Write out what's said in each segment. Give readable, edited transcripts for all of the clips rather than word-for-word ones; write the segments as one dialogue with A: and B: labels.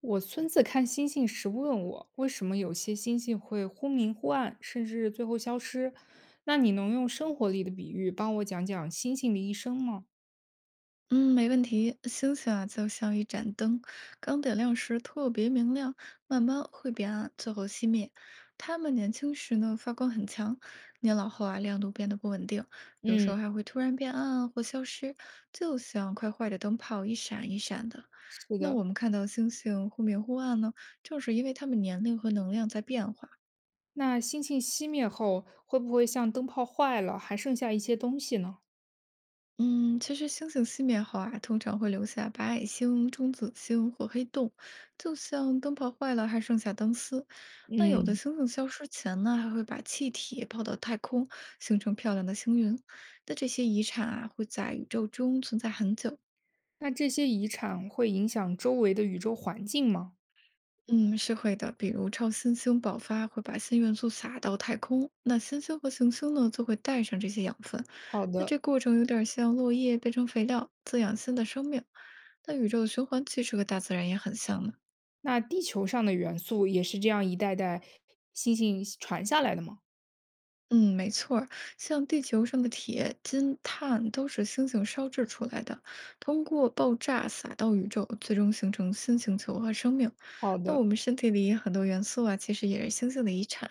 A: 我孙子看星星时问我，为什么有些星星会忽明忽暗，甚至最后消失？那你能用生活里的比喻帮我讲讲星星的一生吗？
B: 嗯，没问题。星星啊，就像一盏灯，刚点亮时特别明亮，慢慢会变暗，最后熄灭。它们年轻时呢，发光很强，年老后啊，亮度变得不稳定，有时
A: 嗯，
B: 候还会突然变暗或消失，就像快坏的灯泡一闪一闪的。
A: 是
B: 那
A: 的，
B: 我们看到星星忽明忽暗呢，正是因为它们年龄和能量在变化。
A: 那星星熄灭后，会不会像灯泡坏了，还剩下一些东西呢？
B: 嗯，其实星星熄灭后啊，通常会留下白矮星、中子星或黑洞，就像灯泡坏了还剩下灯丝。那有的
A: 嗯，
B: 星星消失前呢，还会把气体抛到太空，形成漂亮的星云。那这些遗产啊，会在宇宙中存在很久。
A: 那这些遗产会影响周围的宇宙环境吗？
B: 嗯，是会的。比如超新星爆发会把新元素撒到太空，那新星和行星呢就会带上这些养分。
A: 好
B: 那
A: 的，
B: 这过程有点像落叶变成肥料，滋养新的生命。那宇宙的循环其实和大自然也很像呢。
A: 那地球上的元素也是这样一代代星星传下来的吗？
B: 嗯，没错儿，像地球上的铁、金、碳都是星星烧制出来的，通过爆炸撒到宇宙，最终形成新星球和生命。
A: 好
B: 那
A: 的，
B: 我们身体里很多元素啊，其实也是星星的遗产。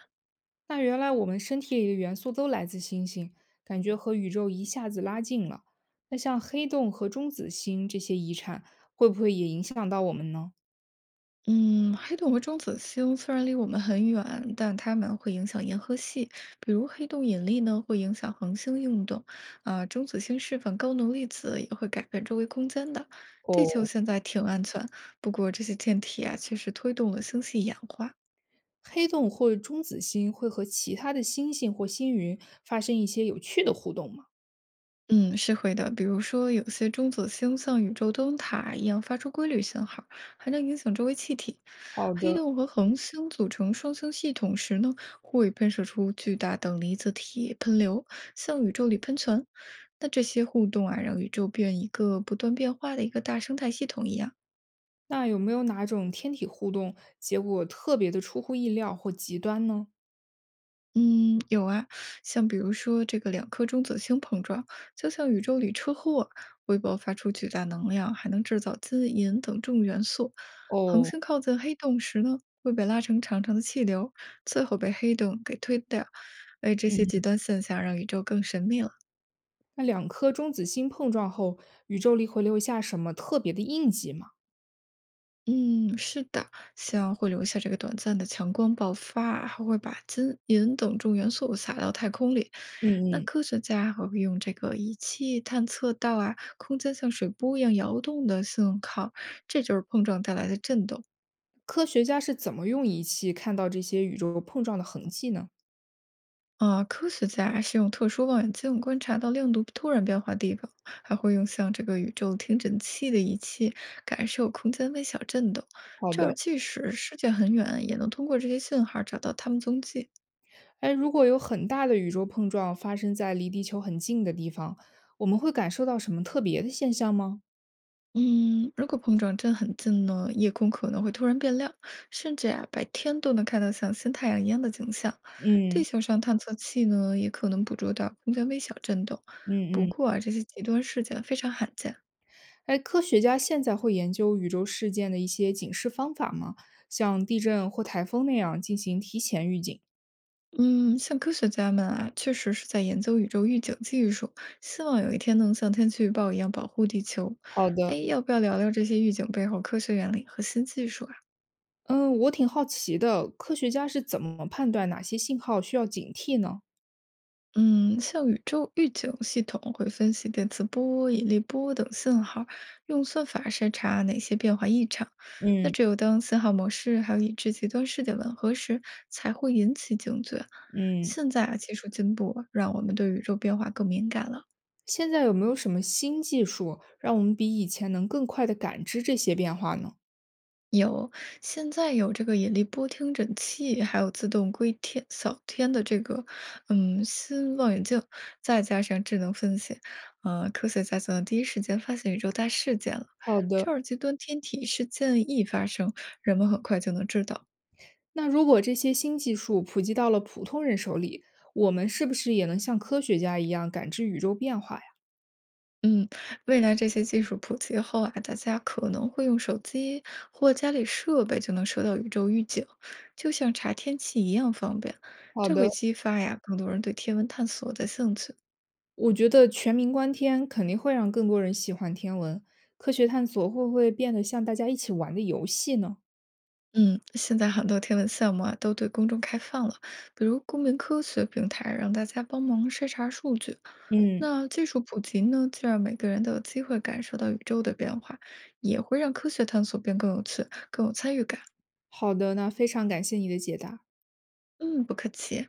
A: 那原来我们身体里的元素都来自星星，感觉和宇宙一下子拉近了。那像黑洞和中子星这些遗产，会不会也影响到我们呢？
B: 嗯，黑洞和中子星虽然离我们很远，但它们会影响银河系。比如黑洞引力呢，会影响恒星运动，啊，中子星释放高能粒子也会改变周围空间的。地
A: 哦，
B: 球现在挺安全，不过这些天体啊，确实推动了星系演化。
A: 黑洞或中子星会和其他的星星或星云发生一些有趣的互动吗？
B: 嗯，是会的。比如说，有些中子星像宇宙灯塔一样发出规律信号，还能影响周围气体。
A: 好
B: 黑
A: 的，
B: 洞和恒星组成双星系统时呢，会喷射出巨大等离子体喷流，向宇宙里喷泉。那这些互动啊，让宇宙变一个不断变化的一个大生态系统一样。
A: 那有没有哪种天体互动结果特别的出乎意料或极端呢？
B: 嗯，有啊，像比如说这个两颗中子星碰撞，就像宇宙里车祸，微波发出巨大能量，还能制造金银等重元素。恒
A: 哦，
B: 星靠近黑洞时呢，会被拉成长长的气流，最后被黑洞给推掉。哎，这些
A: 嗯，
B: 极端现象让宇宙更神秘了。
A: 那两颗中子星碰撞后，宇宙里会留下什么特别的印记吗？
B: 嗯，是的，像会留下这个短暂的强光爆发，还会把金银等重元素撒到太空里。那
A: 嗯嗯。
B: 科学家还会用这个仪器探测到啊，空间像水波一样摇动的信号，这就是碰撞带来的震动。
A: 科学家是怎么用仪器看到这些宇宙碰撞的痕迹呢？
B: 啊，科学家是用特殊望远镜观察到亮度突然变化地方，还会用像这个宇宙听诊器的仪器感受空间微小震动。
A: 好
B: 这
A: 的，
B: 儿即使世界很远，也能通过这些信号找到它们踪迹。
A: 哎，如果有很大的宇宙碰撞发生在离地球很近的地方，我们会感受到什么特别的现象吗？
B: 嗯，如果碰撞真很近呢，夜空可能会突然变亮，甚至啊，白天都能看到像新太阳一样的景象。地
A: 嗯
B: 球上探测器呢，也可能捕捉到空间微小震动。不
A: 嗯嗯，
B: 过啊，这些极端事件非常罕见。
A: 哎，科学家现在会研究宇宙事件的一些警示方法吗？像地震或台风那样进行提前预警。
B: 嗯，像科学家们啊，确实是在研究宇宙预警技术，希望有一天能像天气预报一样保护地球。
A: 好
B: 哎，
A: 的，
B: 要不要聊聊这些预警背后科学原理和新技术啊？
A: 嗯，我挺好奇的，科学家是怎么判断哪些信号需要警惕呢？
B: 嗯，像宇宙预警系统会分析电磁波、引力波等信号，用算法筛查哪些变化异常。那
A: 嗯
B: 只有当信号模式还有已知极端事件吻合时，才会引起警觉。
A: 嗯。
B: 现在啊，技术进步啊让我们对宇宙变化更敏感了。
A: 现在有没有什么新技术，让我们比以前能更快地感知这些变化呢？
B: 有，现在有这个引力波听诊器，还有自动归天扫天的这个，嗯，新望远镜，再加上智能分析，科学家总能第一时间发现宇宙大事件了。
A: 好
B: 这
A: 的，
B: 儿极端天体事件一发生，人们很快就能知道。
A: 那如果这些新技术普及到了普通人手里，我们是不是也能像科学家一样感知宇宙变化呀？
B: 嗯，未来这些技术普及后啊，大家可能会用手机或家里设备就能收到宇宙预警，就像查天气一样方便。
A: 好
B: 这
A: 的，
B: 会激发呀更多人对天文探索的兴趣。
A: 我觉得全民观天肯定会让更多人喜欢天文，科学探索会不会变得像大家一起玩的游戏呢？
B: 嗯，现在很多天文项目啊都对公众开放了，比如公民科学平台让大家帮忙筛查数据。
A: 嗯，
B: 那技术普及呢，既让每个人都有机会感受到宇宙的变化，也会让科学探索变更有趣、更有参与感。
A: 好的，那非常感谢你的解答。
B: 嗯，不客气。